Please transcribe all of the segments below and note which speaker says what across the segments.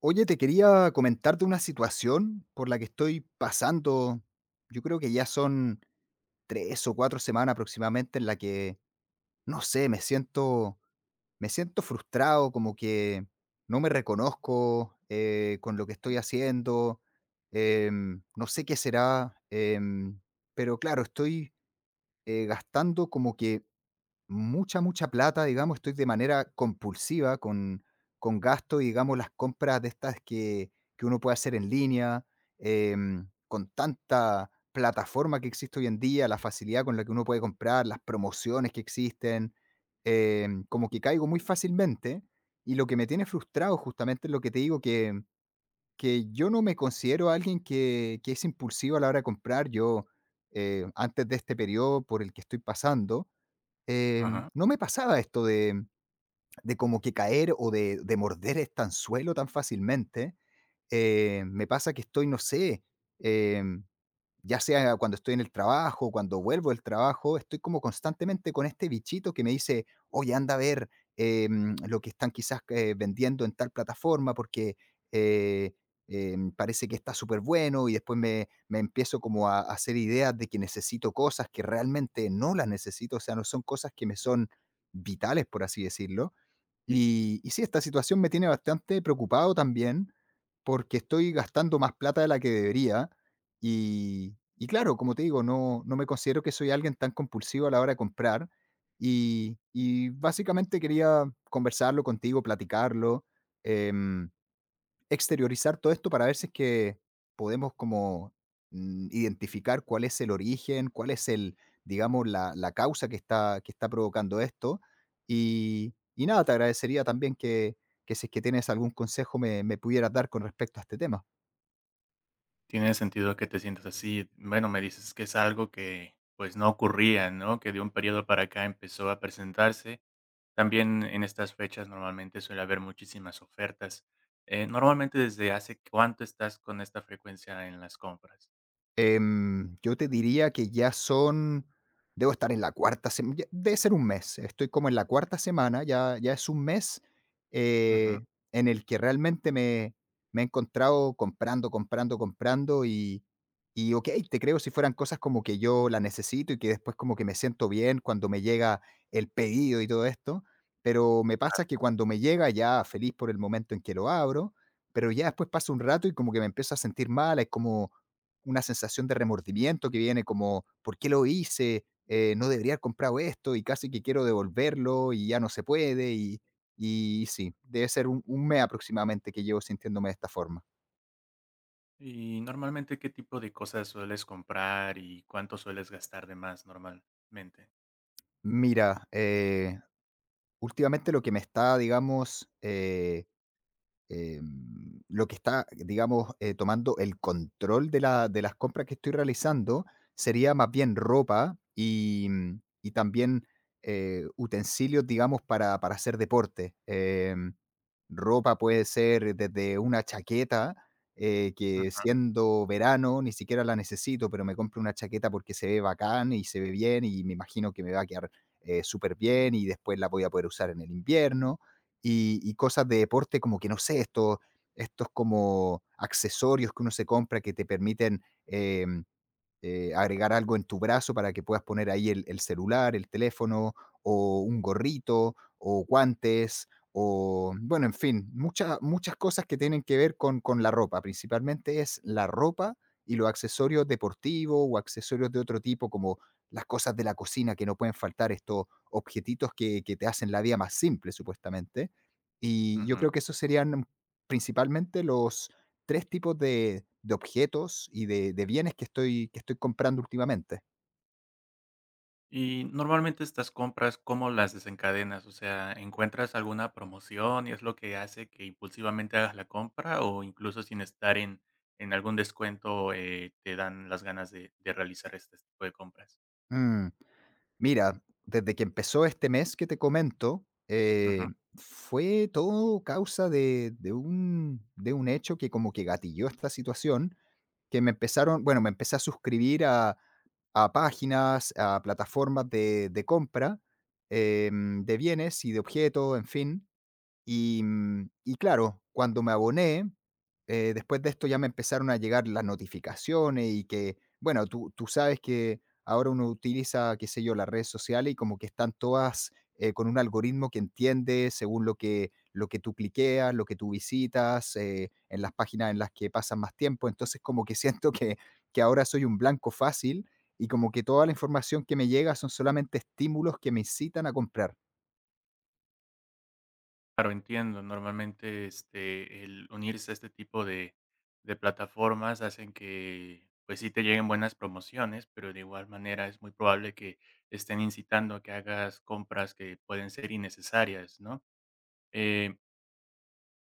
Speaker 1: Oye, te quería comentar de una situación por la que estoy pasando. Yo creo que ya son 3 o 4 semanas aproximadamente en la que, no sé, me siento frustrado, como que no me reconozco, con lo que estoy haciendo. No sé qué será. Pero claro, estoy, gastando como que mucha, mucha plata, digamos. Estoy de manera compulsiva con gasto, digamos, las compras de estas que uno puede hacer en línea, con tanta plataforma que existe hoy en día, la facilidad con la que uno puede comprar, las promociones que existen, como que caigo muy fácilmente. Y lo que me tiene frustrado justamente es lo que te digo, que yo no me considero alguien que es impulsivo a la hora de comprar. Yo, antes de este periodo por el que estoy pasando, eh,
Speaker 2: Ajá.
Speaker 1: no me pasaba esto de como que caer o de morder estanzuelo tan fácilmente. Me pasa que estoy, no sé, em ya sea cuando estoy en el trabajo, cuando vuelvo del trabajo, estoy como constantemente con este bichito que me dice, oye, anda a ver lo que están quizás vendiendo en tal plataforma porque eh, parece que está súper bueno. Y después me, me empiezo como a hacer ideas de que necesito cosas que realmente no las necesito. O sea, no son cosas que me son vitales, por así decirlo. Y, y sí, esta situación me tiene bastante preocupado también porque estoy gastando más plata de la que debería. Y, y claro, como te digo, no, no me considero que soy alguien tan compulsivo a la hora de comprar. Y, y básicamente quería conversarlo contigo, platicarlo, em, exteriorizar todo esto para ver si es que podemos como identificar cuál es el origen, cuál es digamos, la causa que está provocando esto. Y nada, te agradecería también que si es que tienes algún consejo me, me pudieras dar con respecto a este tema.
Speaker 2: Tiene sentido que te sientas así. Bueno, me dices que es algo que pues no ocurría, ¿no? Que de un periodo para acá empezó a presentarse. También en estas fechas normalmente suele haber muchísimas ofertas. Normalmente, ¿desde hace cuánto estás con esta frecuencia en las compras?
Speaker 1: Yo te diría que ya son debo estar en la cuarta sem debe ser un mes. Estoy como en la cuarta semana, ya es un mes,
Speaker 2: Ujú.
Speaker 1: eh, en el que realmente me he encontrado comprando. Y okey, te creo si fueran cosas como que yo la necesito y que después como que me siento bien cuando me llega el pedido y todo esto, pero me pasa que cuando me llega ya feliz por el momento en que lo abro, pero ya después pasa un rato y como que me empiezo a sentir mal. Es como una sensación de remordimiento que viene como, ¿por qué lo hice? No debería haber comprado esto y casi que quiero devolverlo y ya no se puede. Y sí, debe ser un mes aproximadamente que llevo sintiéndome de esta forma.
Speaker 2: Y normalmente, ¿qué tipo de cosas sueles comprar y cuánto sueles gastar de más normalmente?
Speaker 1: Mira, últimamente lo que me está, digamos, lo que está, digamos, tomando el control de, de las compras que estoy realizando sería más bien ropa y, y también utensilios, digamos, para hacer deporte. Ropa puede ser desde una chaqueta, que
Speaker 2: Ujú,
Speaker 1: siendo verano ni siquiera la necesito, pero me compro una chaqueta porque se ve bacán y se ve bien y me imagino que me va a quedar súper bien y después la voy a poder usar en el invierno. Y, y cosas de deporte como que no sé, estos como accesorios que uno se compra que te permiten agregar algo en tu brazo para que puedas poner ahí el celular, el teléfono, o un gorrito, o guantes, o bueno, en fin, muchas muchas cosas que tienen que ver con la ropa. Principalmente es la ropa y los accesorios deportivos o accesorios de otro tipo, como las cosas de la cocina que no pueden faltar, estos objetitos que te hacen la vida más simple, supuestamente. Y yo
Speaker 2: ujú.
Speaker 1: creo que esos serían principalmente los, 3 tipos de objetos y de bienes que estoy comprando últimamente.
Speaker 2: Y normalmente estas compras, ¿cómo las desencadenas? O sea, ¿encuentras alguna promoción y es lo que hace que impulsivamente hagas la compra o incluso sin estar en algún descuento te dan las ganas de realizar este tipo de compras?
Speaker 1: Mm, mira, desde que empezó este mes que te comento,
Speaker 2: Ujú.
Speaker 1: fue todo causa de un hecho que como que gatilló esta situación, que me empezaron, bueno, me empecé a suscribir a páginas, a plataformas de compra de bienes y de objetos, en fin. Y, y claro, cuando me aboné, después de esto ya me empezaron a llegar las notificaciones. Y que, bueno, tú sabes que ahora uno utiliza, qué sé yo, las redes sociales y como que están todas con un algoritmo que entiende según lo que tú cliqueas, lo que tú visitas, en las páginas en las que pasas más tiempo. Entonces como que siento que ahora soy un blanco fácil y como que toda la información que me llega son solamente estímulos que me incitan a comprar.
Speaker 2: Claro, entiendo. Normalmente este, el unirse a este tipo de plataformas hacen que pues sí te lleguen buenas promociones, pero de igual manera es muy probable que estén incitando a que hagas compras que pueden ser innecesarias, ¿no? Eh,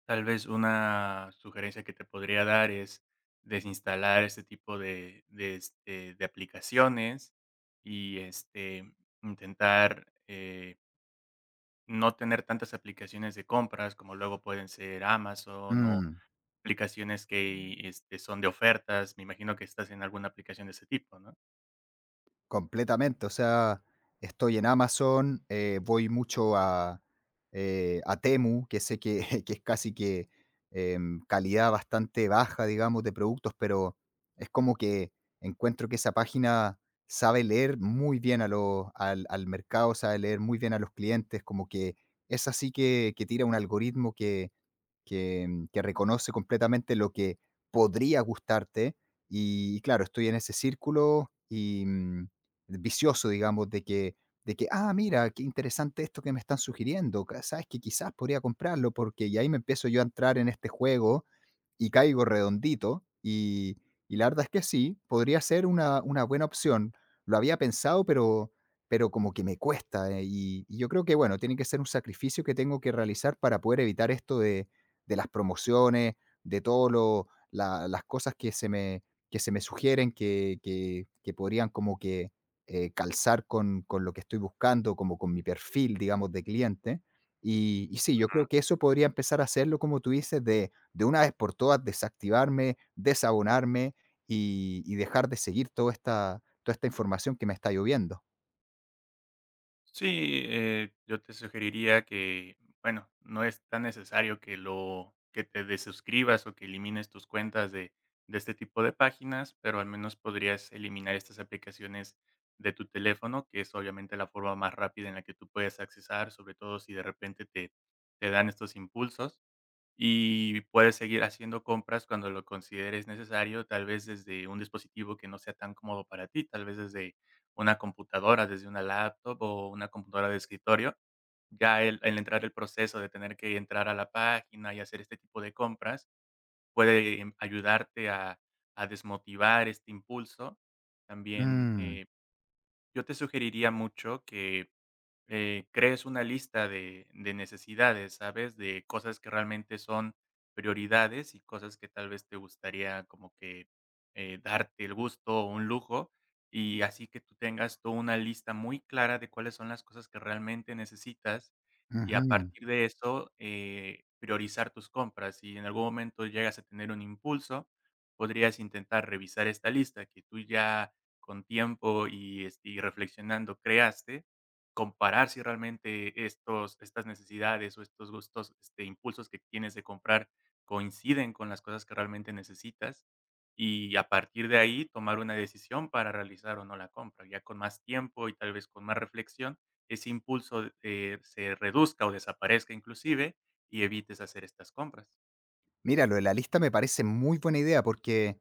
Speaker 2: tal vez una sugerencia que te podría dar es desinstalar este tipo este, de aplicaciones y este, intentar no tener tantas aplicaciones de compras como luego pueden ser Amazon o
Speaker 1: Mm.
Speaker 2: aplicaciones que este, son de ofertas. Me imagino que estás en alguna aplicación de ese tipo, ¿no?
Speaker 1: Completamente, o sea, estoy en Amazon, voy mucho a Temu, que sé que, que es casi que calidad bastante baja, digamos, de productos, pero es como que encuentro que esa página sabe leer muy bien a al, al mercado, sabe leer muy bien a los clientes, como que es así que tira un algoritmo que, que reconoce completamente lo que podría gustarte. Y claro, estoy en ese círculo y, vicioso, digamos, de que, ah, mira, qué interesante esto que me están sugiriendo, sabes que quizás podría comprarlo, porque y ahí me empiezo yo a entrar en este juego y caigo redondito. Y la verdad es que sí, podría ser una buena opción. Lo había pensado, pero como que me cuesta. Y, y yo creo que, bueno, tiene que ser un sacrificio que tengo que realizar para poder evitar esto de las promociones, de todas las cosas que se me sugieren que podrían como que calzar con lo que estoy buscando, como con mi perfil, digamos, de cliente. Y sí, yo creo que eso podría empezar a hacerlo, como tú dices, de una vez por todas desactivarme, desabonarme y dejar de seguir toda esta información que me está lloviendo.
Speaker 2: Sí, yo te sugeriría que, bueno, no es tan necesario que lo que te desuscribas o que elimines tus cuentas de este tipo de páginas, pero al menos podrías eliminar estas aplicaciones de tu teléfono, que es obviamente la forma más rápida en la que tú puedes accesar, sobre todo si de repente te dan estos impulsos y puedes seguir haciendo compras cuando lo consideres necesario, tal vez desde un dispositivo que no sea tan cómodo para ti, tal vez desde una computadora, desde una laptop o una computadora de escritorio. Ya el entrar el proceso de tener que entrar a la página y hacer este tipo de compras puede ayudarte a desmotivar este impulso. También
Speaker 1: Mm,
Speaker 2: yo te sugeriría mucho que crees una lista de necesidades, ¿sabes? De cosas que realmente son prioridades y cosas que tal vez te gustaría como que, darte el gusto o un lujo, y así que tú tengas toda una lista muy clara de cuáles son las cosas que realmente necesitas, y a
Speaker 1: ujú.
Speaker 2: partir de eso, priorizar tus compras. Si en algún momento llegas a tener un impulso, podrías intentar revisar esta lista que tú ya con tiempo y, este, y reflexionando creaste, comparar si realmente estos estas necesidades o estos gustos, este, impulsos que tienes de comprar coinciden con las cosas que realmente necesitas, y a partir de ahí tomar una decisión para realizar o no la compra. Ya con más tiempo y tal vez con más reflexión, ese impulso, se reduzca o desaparezca inclusive y evites hacer estas compras.
Speaker 1: Mira, lo de la lista me parece muy buena idea porque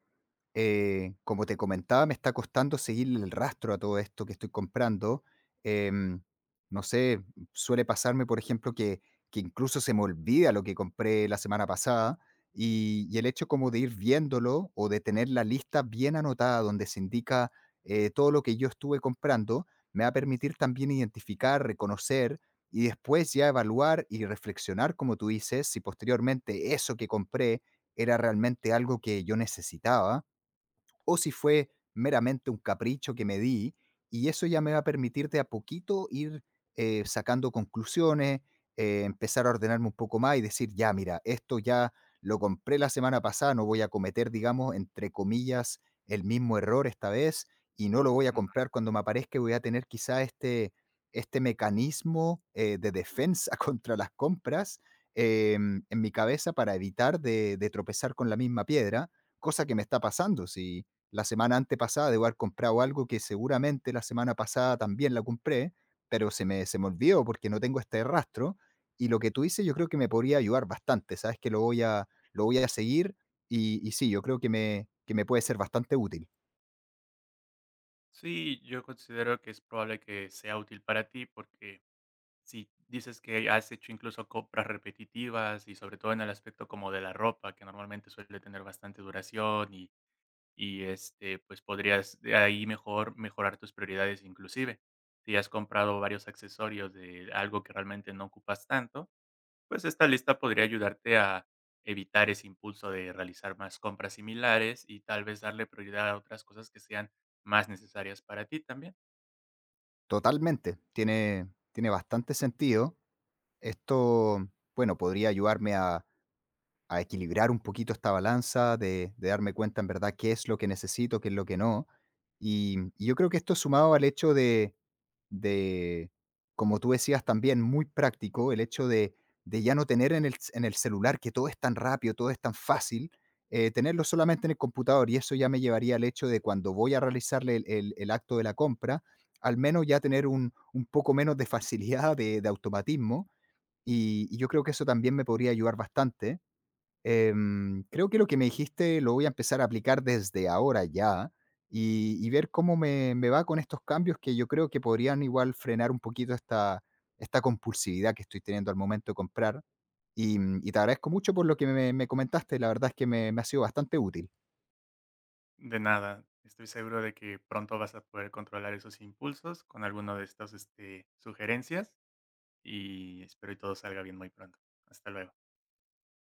Speaker 1: eh, como te comentaba, me está costando seguirle el rastro a todo esto que estoy comprando. Em, no sé, suele pasarme, por ejemplo, que incluso se me olvida lo que compré la semana pasada. Y, y el hecho como de ir viéndolo o de tener la lista bien anotada donde se indica todo lo que yo estuve comprando, me va a permitir también identificar, reconocer y después ya evaluar y reflexionar, como tú dices, si posteriormente eso que compré era realmente algo que yo necesitaba o si fue meramente un capricho que me di. Y eso ya me va a permitir de a poquito ir sacando conclusiones, empezar a ordenarme un poco más y decir, ya, mira, esto ya lo compré la semana pasada, no voy a cometer, digamos, entre comillas, el mismo error esta vez y no lo voy a
Speaker 2: Ujú.
Speaker 1: comprar cuando me aparezca. Y voy a tener quizá este, este mecanismo de defensa contra las compras en mi cabeza para evitar de tropezar con la misma piedra, cosa que me está pasando. Si la semana antepasada, debo haber comprado algo que seguramente la semana pasada también la compré, pero se me olvidó porque no tengo este rastro. Y lo que tú dices yo creo que me podría ayudar bastante, ¿sabes? Que lo voy a seguir. Y, y sí, yo creo que me puede ser bastante útil.
Speaker 2: Sí, yo considero que es probable que sea útil para ti porque sí, dices que has hecho incluso compras repetitivas y sobre todo en el aspecto como de la ropa, que normalmente suele tener bastante duración y este, pues podrías de ahí mejorar tus prioridades inclusive. Si has comprado varios accesorios de algo que realmente no ocupas tanto, pues esta lista podría ayudarte a evitar ese impulso de realizar más compras similares y tal vez darle prioridad a otras cosas que sean más necesarias para ti también.
Speaker 1: Totalmente, tiene, tiene bastante sentido. Esto, bueno, podría ayudarme a equilibrar un poquito esta balanza, de darme cuenta en verdad qué es lo que necesito, qué es lo que no. Y yo creo que esto sumado al hecho de, como tú decías también, muy práctico, el hecho de ya no tener en el, en el celular que todo es tan rápido, todo es tan fácil, tenerlo solamente en el computador y eso ya me llevaría al hecho de cuando voy a realizarle el, el acto de la compra, al menos ya tener un poco menos de facilidad, de automatismo. Y yo creo que eso también me podría ayudar bastante. Creo que lo que me dijiste lo voy a empezar a aplicar desde ahora ya. Y, y ver cómo me, me va con estos cambios que yo creo que podrían igual frenar un poquito esta, esta compulsividad que estoy teniendo al momento de comprar. Y, y te agradezco mucho por lo que me comentaste, la verdad es que me ha sido bastante útil.
Speaker 2: De nada, estoy seguro de que pronto vas a poder controlar esos impulsos con alguno de estas este, sugerencias y espero y todo salga bien muy pronto. Hasta luego.